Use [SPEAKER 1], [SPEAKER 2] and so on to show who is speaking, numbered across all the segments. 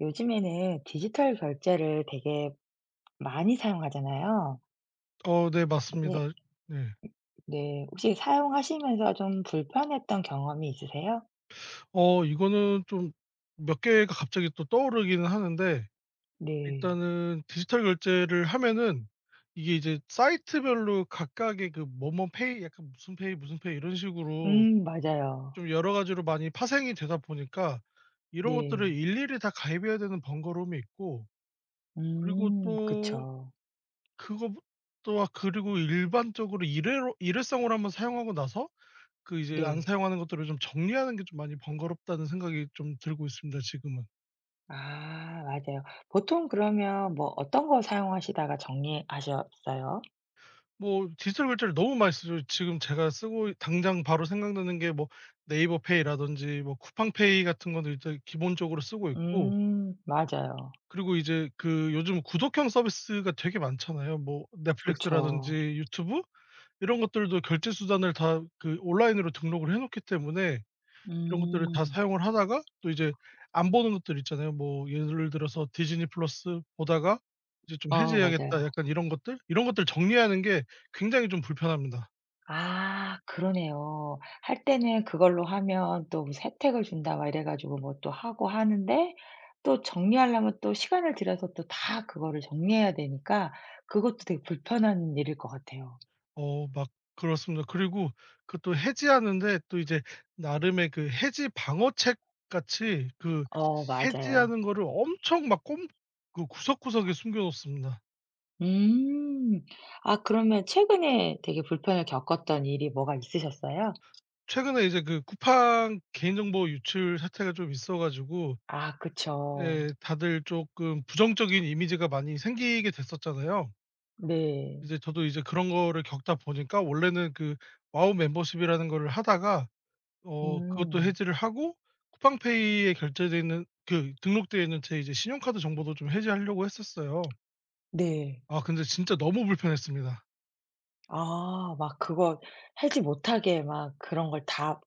[SPEAKER 1] 요즘에는 디지털 결제를 되게 많이 사용하잖아요.
[SPEAKER 2] 네,
[SPEAKER 1] 네.
[SPEAKER 2] 맞습니다. 네.
[SPEAKER 1] 네. 혹시 사용하시면서 좀 불편했던 경험이 있으세요?
[SPEAKER 2] 이거는 좀 몇 개가 갑자기 또 떠오르기는 하는데,
[SPEAKER 1] 네.
[SPEAKER 2] 일단은 디지털 결제를 하면은 이게 이제 사이트별로 각각의 그 뭐뭐 페이, 약간 무슨 페이, 무슨 페이 이런 식으로
[SPEAKER 1] 맞아요.
[SPEAKER 2] 좀 여러 가지로 많이 파생이 되다 보니까 이런 것들을
[SPEAKER 1] 네.
[SPEAKER 2] 일일이 다 가입해야 되는 번거로움이 있고, 그리고 또
[SPEAKER 1] 그쵸.
[SPEAKER 2] 그거 또 그리고 일반적으로 일회로 일회성으로 한번 사용하고 나서 그 이제 안
[SPEAKER 1] 네.
[SPEAKER 2] 사용하는 것들을 좀 정리하는 게 좀 많이 번거롭다는 생각이 좀 들고 있습니다 지금은.
[SPEAKER 1] 아 맞아요. 보통 그러면 뭐 어떤 거 사용하시다가 정리하셨어요?
[SPEAKER 2] 뭐 디지털 결제를 너무 많이 쓰죠. 지금 제가 쓰고 당장 바로 생각나는 게 뭐 네이버 페이라든지 뭐 쿠팡페이 같은 거는 일단 기본적으로 쓰고 있고,
[SPEAKER 1] 맞아요.
[SPEAKER 2] 그리고 이제 그 요즘 구독형 서비스가 되게 많잖아요. 뭐 넷플릭스라든지
[SPEAKER 1] 그쵸.
[SPEAKER 2] 유튜브 이런 것들도 결제 수단을 다 그 온라인으로 등록을 해 놓기 때문에 이런 것들을 다
[SPEAKER 1] 음.
[SPEAKER 2] 사용을 하다가 또 이제 안 보는 것들 있잖아요. 뭐 예를 들어서 디즈니 플러스 보다가 이제 '좀
[SPEAKER 1] 어 맞아요.
[SPEAKER 2] 해지해야겠다.' 약간 이런 것들? 이런 것들 정리하는 게 굉장히 좀 불편합니다.
[SPEAKER 1] 아 그러네요. 할 때는 그걸로 하면 또 무슨 혜택을 준다 막 이래 가지고 뭐 또 하고 하는데 또 정리하려면 또 시간을 들여서 또 다 그거를 정리해야 되니까 그것도 되게 불편한 일일 것 같아요.
[SPEAKER 2] 어 막 그렇습니다. 그리고 그것도 해지하는데 또 이제 나름의 그 해지 방어책 같이, 그
[SPEAKER 1] 어 맞아요.
[SPEAKER 2] 해지하는 거를 엄청 막 꼼 그 구석구석에 숨겨 놓습니다.
[SPEAKER 1] 음. 아 그러면 최근에 되게 불편을 겪었던 일이 뭐가 있으셨어요?
[SPEAKER 2] 최근에 이제 그 쿠팡 개인정보 유출 사태가 좀 있어 가지고,
[SPEAKER 1] 아 그쵸.
[SPEAKER 2] 예, 다들 조금 부정적인 이미지가 많이 생기게 됐었잖아요.
[SPEAKER 1] 네.
[SPEAKER 2] 이제 저도 이제 그런 거를 겪다 보니까 원래는 그 와우 멤버십이라는 거를 하다가 그것도
[SPEAKER 1] 음.
[SPEAKER 2] 해지를 하고, 쿠팡페이에 결제돼 있는, 그 등록되어 있는 제 이제 신용카드 정보도 좀 해지하려고 했었어요.
[SPEAKER 1] 네.
[SPEAKER 2] 아, 근데 진짜 너무 불편했습니다.
[SPEAKER 1] 아 막 그거 하지 못하게 막 그런 걸 다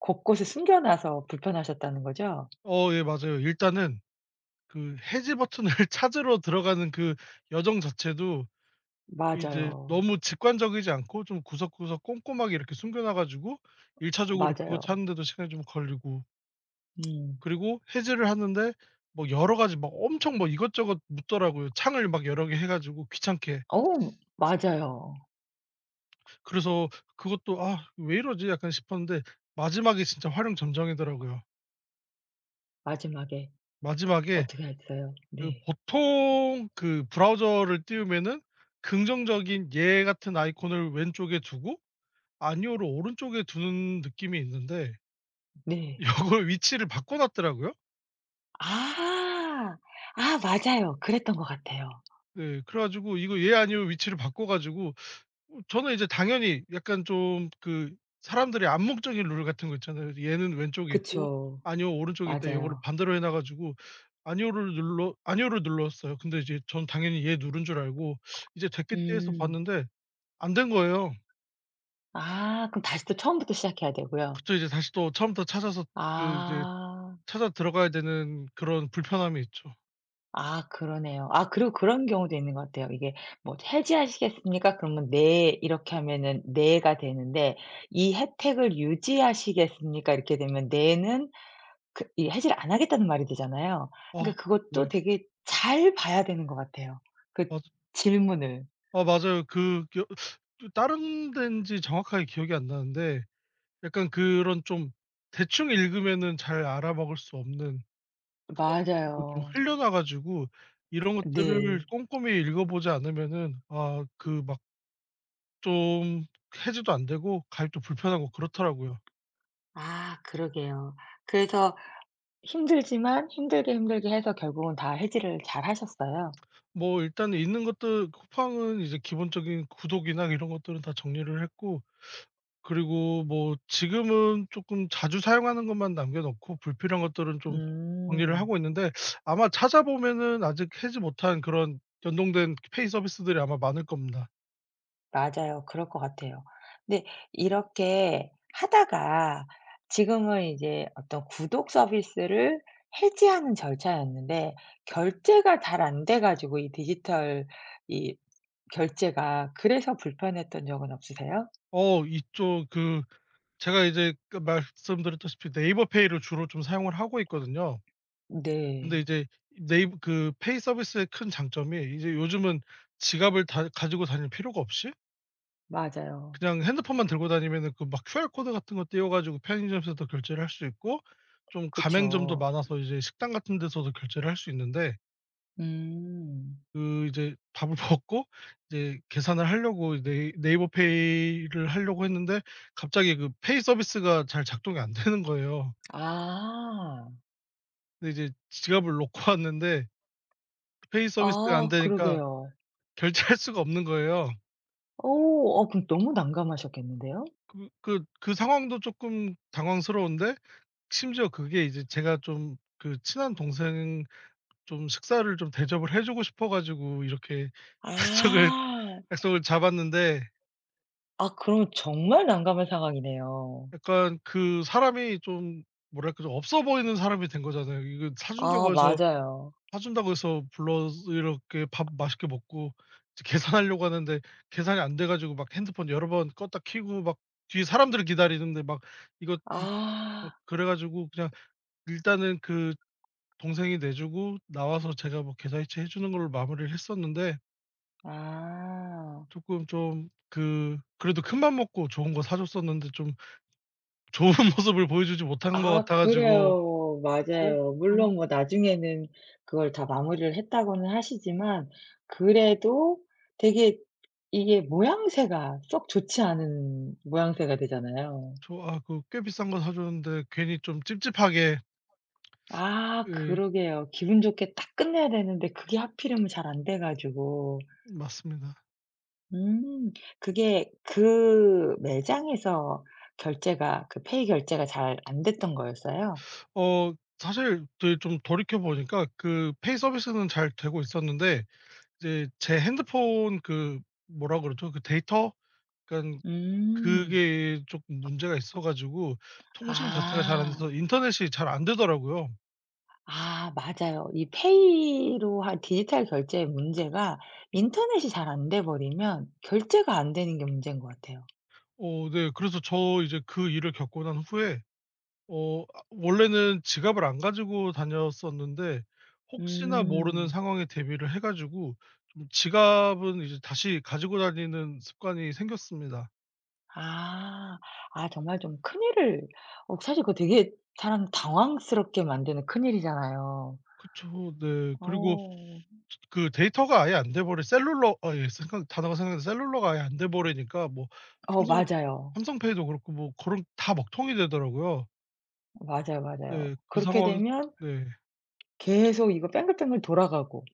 [SPEAKER 1] 곳곳에 숨겨 놔서 불편하셨다는 거죠?
[SPEAKER 2] 어, 예 맞아요. 일단은 그 해지 버튼을 찾으러 들어가는 그 여정 자체도 이제
[SPEAKER 1] 맞아요.
[SPEAKER 2] 너무 직관적이지 않고 좀 구석구석 꼼꼼하게 이렇게 숨겨 놔 가지고 1차적으로 차적으로 그거
[SPEAKER 1] 맞아요.
[SPEAKER 2] 찾는데도 시간이 좀 걸리고,
[SPEAKER 1] 음.
[SPEAKER 2] 그리고 해지를 하는데 뭐 여러 가지 막 엄청 뭐 이것저것 묻더라고요. 창을 막 여러 개 해 가지고 귀찮게.
[SPEAKER 1] 어 맞아요.
[SPEAKER 2] 그래서 그것도 '아 왜 이러지?' 약간 싶었는데, 마지막에 진짜 화룡점정이더라고요.
[SPEAKER 1] 마지막에
[SPEAKER 2] 마지막에
[SPEAKER 1] 어떻게 했어요?
[SPEAKER 2] 그
[SPEAKER 1] 네.
[SPEAKER 2] 보통 그 브라우저를 띄우면은 긍정적인 얘 같은 아이콘을 왼쪽에 두고 아니오를 오른쪽에 두는 느낌이 있는데,
[SPEAKER 1] 네.
[SPEAKER 2] 요걸 위치를 바꿔놨더라고요.
[SPEAKER 1] 아. 아 맞아요. 그랬던 것 같아요.
[SPEAKER 2] 네. 그래 가지고 이거 얘 아니오 위치를 바꿔 가지고, 저는 이제 당연히 약간 좀 그 사람들의 암묵적인 룰 같은 거 있잖아요. 얘는 왼쪽에 있고
[SPEAKER 1] 그쵸.
[SPEAKER 2] 아니오 오른쪽에 있다. 요거를
[SPEAKER 1] 맞아요.
[SPEAKER 2] 반대로 해놔 가지고 아니오를 눌렀어요. 근데 이제 전 당연히 얘 누른 줄 알고 이제 됐겠지 해서
[SPEAKER 1] 음.
[SPEAKER 2] 봤는데 안 된 거예요.
[SPEAKER 1] 아 그럼 다시 또 처음부터 시작해야 되고요.
[SPEAKER 2] 그쵸. 이제 다시 또 처음부터 찾아서 그 이제
[SPEAKER 1] 아.
[SPEAKER 2] 찾아 들어가야 되는 그런 불편함이 있죠.
[SPEAKER 1] 아 그러네요. 아 그리고 그런 경우도 있는 것 같아요. 이게 뭐 "해지하시겠습니까?" 그러면 "네." 이렇게 하면은 "네."가 되는데 "이 혜택을 유지하시겠습니까?" 이렇게 되면 "네."는 그 이 해지를 안 하겠다는 말이 되잖아요.
[SPEAKER 2] 아
[SPEAKER 1] 그러니까
[SPEAKER 2] 네.
[SPEAKER 1] 그것도 되게 잘 봐야 되는 것 같아요. 그
[SPEAKER 2] 맞아요.
[SPEAKER 1] 질문을.
[SPEAKER 2] 아 맞아요. 그 겨 다른 데인지 정확하게 기억이 안 나는데 약간 그런 좀 대충 읽으면은 잘 알아먹을 수 없는, 그리고 좀
[SPEAKER 1] 맞아요.
[SPEAKER 2] 흘려나 가지고 이런 것들을
[SPEAKER 1] 네.
[SPEAKER 2] 꼼꼼히 읽어보지 않으면은 아 그 막 좀 해지도 안 되고 가입도 불편하고 그렇더라고요.
[SPEAKER 1] 아 그러게요. 그래서 힘들지만 힘들게 힘들게 해서 결국은 다 해지를 잘 하셨어요?
[SPEAKER 2] 뭐 일단 있는 것들 쿠팡은 이제 기본적인 구독이나 이런 것들은 다 정리를 했고, 그리고 뭐 지금은 조금 자주 사용하는 것만 남겨 놓고 불필요한 것들은 좀 정리를
[SPEAKER 1] 음.
[SPEAKER 2] 하고 있는데, 아마 찾아보면은 아직 하지 못한 그런 연동된 페이 서비스들이 아마 많을 겁니다.
[SPEAKER 1] 맞아요. 그럴 것 같아요. 근데 이렇게 하다가 지금은 이제 어떤 구독 서비스를 해지하는 절차였는데 결제가 잘 안 돼 가지고 이 디지털 이 결제가 그래서 불편했던 적은 없으세요?
[SPEAKER 2] 이쪽 그, 제가 이제 그 말씀드렸다시피 네이버 페이를 주로 좀 사용을 하고 있거든요. 근데
[SPEAKER 1] 네.
[SPEAKER 2] 이제 네이버 그 페이 서비스의 큰 장점이 이제 요즘은 지갑을 다 가지고 다닐 필요가 없이
[SPEAKER 1] 맞아요.
[SPEAKER 2] 그냥 핸드폰만 들고 다니면은 그 막 QR 코드 같은 거 띄워 가지고 편의점에서도 결제를 할 수 있고 좀 가맹점도
[SPEAKER 1] 그쵸.
[SPEAKER 2] 많아서 이제 식당 같은 데서도 결제를 할 수 있는데,
[SPEAKER 1] 음.
[SPEAKER 2] 그 이제 밥을 먹고 이제 계산을 하려고 네이버 페이를 하려고 했는데 갑자기 그 페이 서비스가 잘 작동이 안 되는 거예요.
[SPEAKER 1] 아.
[SPEAKER 2] 근데 이제 지갑을 놓고 왔는데 페이 서비스가 안
[SPEAKER 1] 아
[SPEAKER 2] 되니까
[SPEAKER 1] 그러게요.
[SPEAKER 2] 결제할 수가 없는 거예요.
[SPEAKER 1] 어 어 그럼 너무 난감하셨겠는데요?
[SPEAKER 2] 그 상황도 쪼끔 당황스러운데 심지어 그게 이제 제가 좀 그 친한 동생 좀 식사를 좀 대접을 해 주고 싶어 가지고 이렇게 약속을
[SPEAKER 1] 아.
[SPEAKER 2] 약속을 잡았는데,
[SPEAKER 1] 아 그럼 정말 난감한 상황이네요.
[SPEAKER 2] 약간 그 사람이 좀 뭐랄까 좀 없어 보이는 사람이 된 거잖아요. 이거
[SPEAKER 1] 아
[SPEAKER 2] 사준다고 해서
[SPEAKER 1] 맞아요.
[SPEAKER 2] 사준다고 해서 불러서 이렇게 밥 맛있게 먹고 이제 계산하려고 하는데 계산이 안 돼 가지고 막 핸드폰 여러 번 껐다 켜고 막 뒤에 사람들을 기다리는데 막 이거 이 막
[SPEAKER 1] 아.
[SPEAKER 2] 그래 가지고 그냥 일단은 그 동생이 내 주고 나와서 제가 뭐 계좌이체 해 주는 걸로 마무리를 했었는데,
[SPEAKER 1] 아.
[SPEAKER 2] 조금 좀 그, 그래도 큰맘 먹고 좋은 거 사 줬었는데 좀 좋은 모습을 보여주지 못한 것
[SPEAKER 1] 아
[SPEAKER 2] 같아 가지고
[SPEAKER 1] 그래요. 맞아요.
[SPEAKER 2] 쪼끔,
[SPEAKER 1] 물론 뭐 나중에는 그걸 다 마무리를 했다고는 하시지만 그래도 되게 이게 모양새가 썩 좋지 않은 모양새가 되잖아요.
[SPEAKER 2] 저 아 그 꽤 비싼 거 사 줬는데 괜히 좀 찝찝하게.
[SPEAKER 1] 아
[SPEAKER 2] 예
[SPEAKER 1] 그러게요. 기분 좋게 딱 끝내야 되는데 그게 하필이면 잘 안 돼 가지고
[SPEAKER 2] 맞습니다.
[SPEAKER 1] 음. 그게 그 매장에서 결제가 그 페이 결제가 잘 안 됐던 거였어요?
[SPEAKER 2] 어 사실 그 좀 돌이켜 보니까 그 페이 서비스는 잘 되고 있었는데 이제 제 핸드폰 그, 뭐라 그러죠? 그 데이터? 그러니깐
[SPEAKER 1] 음.
[SPEAKER 2] 그게 쪼끔 문제가 있어 가지고 통신 자체가 잘 안
[SPEAKER 1] 아.
[SPEAKER 2] 돼서 인터넷이 잘 안 되더라고요.
[SPEAKER 1] 아 맞아요. 이 페이로 한 디지털 결제의 문제가 인터넷이 잘 안 돼 버리면 결제가 안 되는 게 문제인 것 같아요.
[SPEAKER 2] 어 네. 그래서 저 이제 그 일을 겪고 난 후에 아 원래는 지갑을 안 가지고 다녔었는데 혹시나 모르는
[SPEAKER 1] 음.
[SPEAKER 2] 상황에 대비를 해 가지고 좀 지갑은 이제 다시 가지고 다니는 습관이 생겼습니다.
[SPEAKER 1] 아. 아 정말 좀 큰일을 어 사실 그거 되게 사람 당황스럽게 만드는 큰일이잖아요.
[SPEAKER 2] 그쵸. 네. 그리고
[SPEAKER 1] 어.
[SPEAKER 2] 그 데이터가 아예 안 돼 버려 셀룰러 아예 생각, 단어가 생각나는데 셀룰러가 아예 안 돼 버리니까 뭐
[SPEAKER 1] 어
[SPEAKER 2] 삼성
[SPEAKER 1] 맞아요.
[SPEAKER 2] 삼성페이도 그렇고 뭐 그런 다 먹통이 되더라고요.
[SPEAKER 1] 맞아요, 맞아요.
[SPEAKER 2] 네. 그
[SPEAKER 1] 그렇게
[SPEAKER 2] 상황,
[SPEAKER 1] 되면
[SPEAKER 2] 네.
[SPEAKER 1] 계속 이거 뱅글뱅글 돌아가고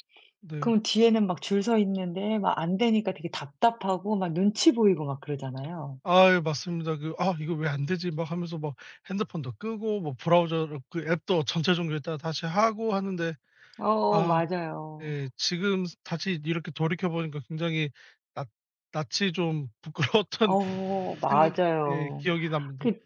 [SPEAKER 2] 네.
[SPEAKER 1] 그럼 뒤에는 막 줄 서 있는데 막 안 되니까 되게 답답하고 막 눈치 보이고 막 그러잖아요.
[SPEAKER 2] 아유 맞습니다. 그 '아 이거 왜 안 되지?' 막 하면서 막 핸드폰도 끄고 뭐 브라우저 그 앱도 전체 종료했다라 다시 하고 하는데,
[SPEAKER 1] 어
[SPEAKER 2] 아
[SPEAKER 1] 맞아요.
[SPEAKER 2] 예 지금 다시 이렇게 돌이켜 보니까 굉장히 낯 낯이 좀 부끄러웠던
[SPEAKER 1] 어
[SPEAKER 2] 생각, 예
[SPEAKER 1] 맞아요.
[SPEAKER 2] 기억이 납니다.
[SPEAKER 1] 그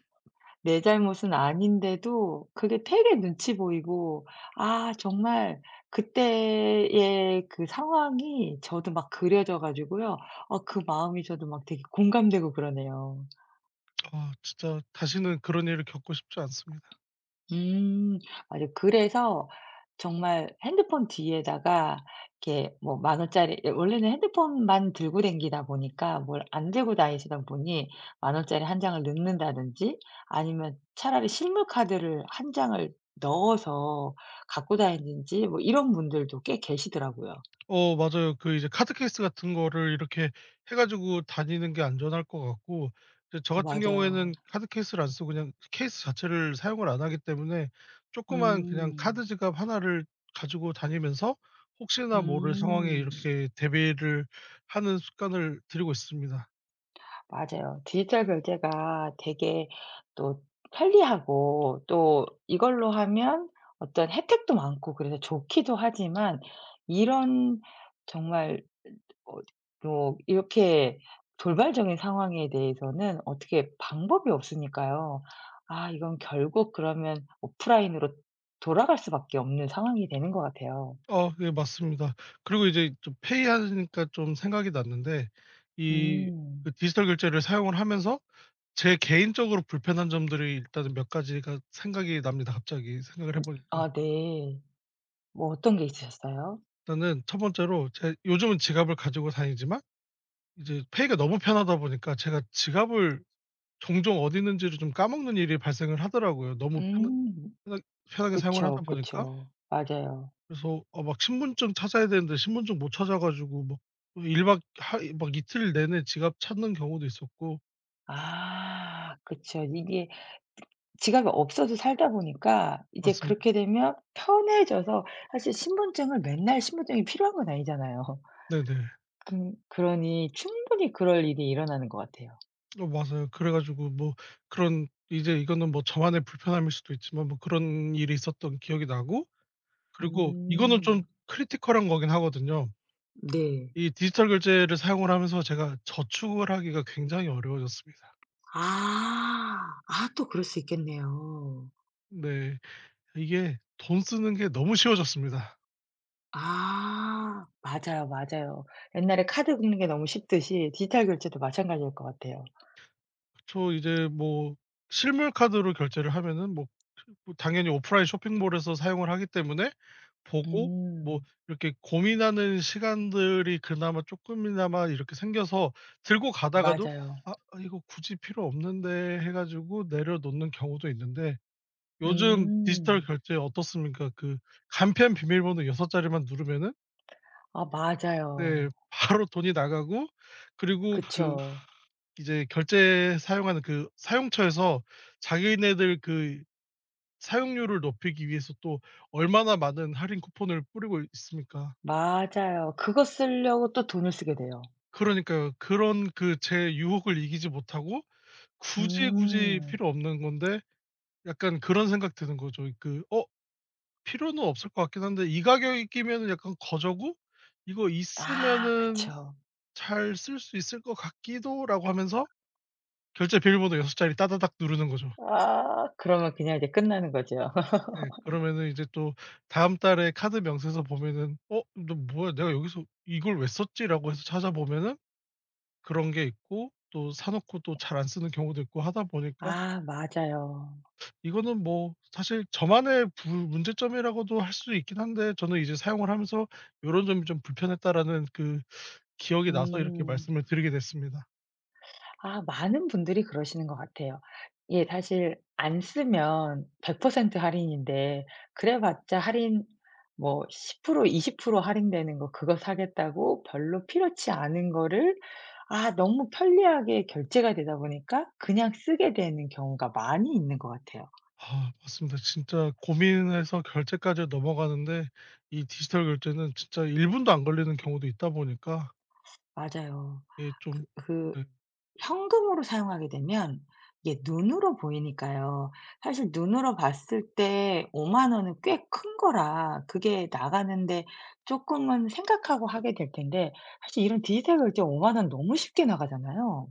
[SPEAKER 1] 내 잘못은 아닌데도 그게 되게 눈치 보이고 아 정말 그때의 그 상황이 저도 막 그려져 가지고요. 아 그 마음이 저도 막 되게 공감되고 그러네요.
[SPEAKER 2] 아 진짜
[SPEAKER 1] 음.
[SPEAKER 2] 다시는 그런 일을 겪고 싶지 않습니다.
[SPEAKER 1] 음. 맞아요. 그래서 정말 핸드폰 뒤에다가 이렇게 뭐 만 원짜리 예 원래는 핸드폰만 들고 댕기다 보니까 뭘 안 들고 다니시던 분이 만 원짜리 한 장을 넣는다든지 아니면 차라리 실물 카드를 한 장을 넣어서 갖고 다니는지 뭐 이런 분들도 꽤 계시더라고요.
[SPEAKER 2] 어 맞아요. 그 이제 카드 케이스 같은 거를 이렇게 해 가지고 다니는 게 안전할 것 같고, 이제 저 같은
[SPEAKER 1] 맞아요.
[SPEAKER 2] 경우에는 카드 케이스를 안 쓰고 그냥 케이스 자체를 사용을 안 하기 때문에 조그만 그냥
[SPEAKER 1] 음.
[SPEAKER 2] 카드 지갑 하나를 가지고 다니면서 혹시나 모를 상황에
[SPEAKER 1] 음.
[SPEAKER 2] 이렇게 대비를 하는 습관을 들이고 있습니다.
[SPEAKER 1] 맞아요. 디지털 결제가 되게 또 편리하고 또 이걸로 하면 어떤 혜택도 많고 그래서 좋기도 하지만 이런 정말 어 뭐 이렇게 돌발적인 상황에 대해서는 어떻게 방법이 없으니까요. 아 이건 결국 그러면 오프라인으로 돌아갈 수밖에 없는 상황이 되는 것 같아요.
[SPEAKER 2] 어 네 맞습니다. 그리고 이제 좀 페이 하니까 좀 생각이 났는데 이 그
[SPEAKER 1] 음.
[SPEAKER 2] 디지털 결제를 사용을 하면서 제 개인적으로 불편한 점들이 일단은 몇 가지가 생각이 납니다 갑자기 생각을 해 보니까.
[SPEAKER 1] 아 네. 뭐 어떤 게 있으셨어요?
[SPEAKER 2] 일단은 첫 번째로, 제 요즘은 지갑을 가지고 다니지만 이제 페이가 너무 편하다 보니까 제가 지갑을 종종 어디 있는지를 좀 까먹는 일이 발생을 하더라고요. 너무
[SPEAKER 1] 음.
[SPEAKER 2] 편하 편하게 사용을 하다
[SPEAKER 1] 그쵸,
[SPEAKER 2] 보니까.
[SPEAKER 1] 그쵸. 맞아요.
[SPEAKER 2] 그래서 막 신분증 찾아야 되는데 신분증 못 찾아 가지고 막일박 하 막 이틀 내내 지갑 찾는 경우도 있었고.
[SPEAKER 1] 아 그쵸. 이게 지갑이 없어도 살다 보니까 이제
[SPEAKER 2] 맞습니다.
[SPEAKER 1] 그렇게 되면 편해져서 사실 신분증을 맨날 신분증이 필요한 건 아니잖아요.
[SPEAKER 2] 네네.
[SPEAKER 1] 그러니 충분히 그럴 일이 일어나는 것 같아요.
[SPEAKER 2] 어 맞아요. 그래 가지고 뭐 그런 이제, 이거는 뭐 저만의 불편함일 수도 있지만 뭐 그런 일이 있었던 기억이 나고, 그리고 이거는 좀
[SPEAKER 1] 음.
[SPEAKER 2] 크리티컬한 거긴 하거든요.
[SPEAKER 1] 네.
[SPEAKER 2] 이 디지털 결제를 사용을 하면서 제가 저축을 하기가 굉장히 어려워졌습니다.
[SPEAKER 1] 아. 아 또 그럴 수 있겠네요.
[SPEAKER 2] 네. 이게 돈 쓰는 게 너무 쉬워졌습니다.
[SPEAKER 1] 아. 맞아요, 맞아요. 옛날에 카드 긁는 게 너무 쉽듯이 디지털 결제도 마찬가지일 것 같아요.
[SPEAKER 2] 저 이제 뭐 실물 카드로 결제를 하면은 뭐 뭐 당연히 오프라인 쇼핑몰에서 사용을 하기 때문에 보고, 뭐
[SPEAKER 1] 음.
[SPEAKER 2] 이렇게 고민하는 시간들이 그나마 쪼끔이나마 이렇게 생겨서 들고 가다가도
[SPEAKER 1] 맞아요.
[SPEAKER 2] '아 아, 이거 굳이 필요 없는데.' 해 가지고 내려놓는 경우도 있는데, 요즘 디지털
[SPEAKER 1] 음.
[SPEAKER 2] 결제 어떻습니까? 그 간편 비밀번호 6자리 자리만 누르면은,
[SPEAKER 1] 아
[SPEAKER 2] 네,
[SPEAKER 1] 맞아요.
[SPEAKER 2] 바로 돈이 나가고, 그리고 그
[SPEAKER 1] 그쵸.
[SPEAKER 2] 이제 결제 사용하는 그 사용처에서 자기네들 그 사용료를 높이기 위해서 또 얼마나 많은 할인 쿠폰을 뿌리고 있습니까?
[SPEAKER 1] 맞아요. 그거 쓰려고 또 돈을 쓰게 돼요.
[SPEAKER 2] 그러니까요. 그런, 그 제 유혹을 이기지 못하고 굳이, 굳이
[SPEAKER 1] 음.
[SPEAKER 2] 필요 없는 건데 약간 그런 생각 드는 거죠. 그 필요는 없을 것 같긴 한데 이 가격에 끼면은 약간 거저고 이거
[SPEAKER 1] 아
[SPEAKER 2] 있으면은
[SPEAKER 1] 그쵸.
[SPEAKER 2] '잘 쓸 수 있을 것 같기도.'라고 하면서 결제 비밀번호 6자리 자리 따다닥 누르는 거죠.
[SPEAKER 1] 아 그러면 그냥 이제 끝나는 거죠.
[SPEAKER 2] 예. 그러면은 이제 또 다음 달에 카드 명세서 보면은 '어 너 뭐야, 내가 여기서 이걸 왜 썼지?'라고 해서 찾아보면은 그런 게 있고 또 사 놓고 또 잘 안 쓰는 경우도 있고 하다 보니까,
[SPEAKER 1] 아 맞아요.
[SPEAKER 2] 이거는 뭐 사실 저만의 부 문제점이라고도 할 수 있긴 한데 저는 이제 사용을 하면서 '요런 점이 좀 불편했다.'라는 그 기억이 나서 이렇게
[SPEAKER 1] 음.
[SPEAKER 2] 말씀을 드리게 됐습니다.
[SPEAKER 1] 아 많은 분들이 그러시는 것 같아요. 예 사실 안 쓰면 100% 할인인데 그래 봤자 할인 뭐 10% 20% 할인되는 거 그거 사겠다고 별로 필요치 않은 거를 아 너무 편리하게 결제가 되다 보니까 그냥 쓰게 되는 경우가 많이 있는 것 같아요.
[SPEAKER 2] 아 맞습니다. 진짜 고민해서 결제까지 넘어가는데 이 디지털 결제는 진짜 1분 분도 안 걸리는 경우도 있다 보니까
[SPEAKER 1] 맞아요.
[SPEAKER 2] 이게
[SPEAKER 1] 그
[SPEAKER 2] 좀.
[SPEAKER 1] 그
[SPEAKER 2] 네.
[SPEAKER 1] 현금으로 사용하게 되면 이게 눈으로 보이니까요. 사실 눈으로 봤을 때5만 원은 꽤 큰 거라 그게 나가는데 조금은 생각하고 하게 될 텐데 사실 이런 디지털 결제5만 원 너무 쉽게 나가잖아요.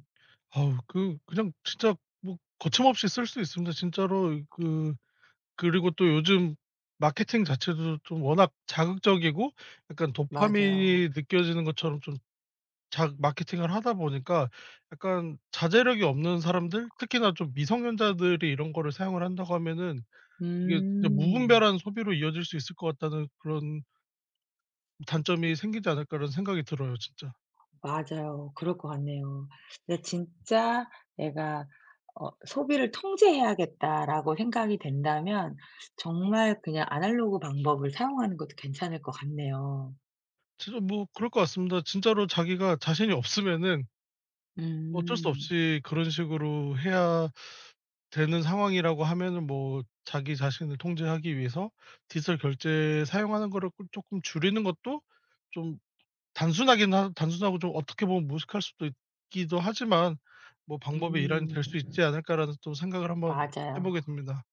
[SPEAKER 2] 아우 그 그냥 진짜 뭐 거침없이 쓸 수 있습니다. 진짜로 그, 그리고 또 요즘 마케팅 자체도 좀 워낙 자극적이고 약간
[SPEAKER 1] 맞아요.
[SPEAKER 2] 도파민이 느껴지는 것처럼 좀 자 마케팅을 하다 보니까 약간 자제력이 없는 사람들, 특히나 좀 미성년자들이 이런 거를 사용을 한다고 하면은 이게 진짜
[SPEAKER 1] 음.
[SPEAKER 2] '무분별한 소비로 이어질 수 있을 것 같다.'는 그런 단점이 생기지 않을까라는 생각이 들어요 진짜.
[SPEAKER 1] 맞아요. 그럴 것 같네요. 근데 진짜 내가 어 '소비를 통제해야겠다.'라고 생각이 된다면 정말 그냥 아날로그 방법을 사용하는 것도 괜찮을 것 같네요.
[SPEAKER 2] 진짜 뭐 그럴 것 같습니다. 진짜로 자기가 자신이 없으면은 어쩔 수
[SPEAKER 1] 음.
[SPEAKER 2] 없이 그런 식으로 해야 되는 상황이라고 하면은, 뭐 자기 자신을 통제하기 위해서 디지털 결제 사용하는 거를 꿀 쪼끔 줄이는 것도 좀, 단순하긴 하 단순하고 좀 어떻게 보면 무식할 수도 있기도 하지만 뭐 '방법의 일환이 될
[SPEAKER 1] 음.
[SPEAKER 2] 수 있지 않을까.'라는 또 생각을 한번 해 보게
[SPEAKER 1] 맞아요.
[SPEAKER 2] 됩니다.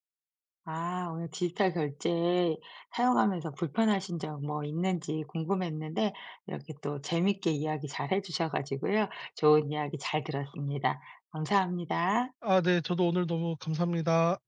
[SPEAKER 1] 아 오늘 디지털 결제 사용하면서 불편하신 점 뭐 있는지 궁금했는데 이렇게 또 재밌게 이야기 잘해 주셔 가지고요. 좋은 이야기 잘 들었습니다. 감사합니다.
[SPEAKER 2] 아 네. 저도 오늘 너무 감사합니다.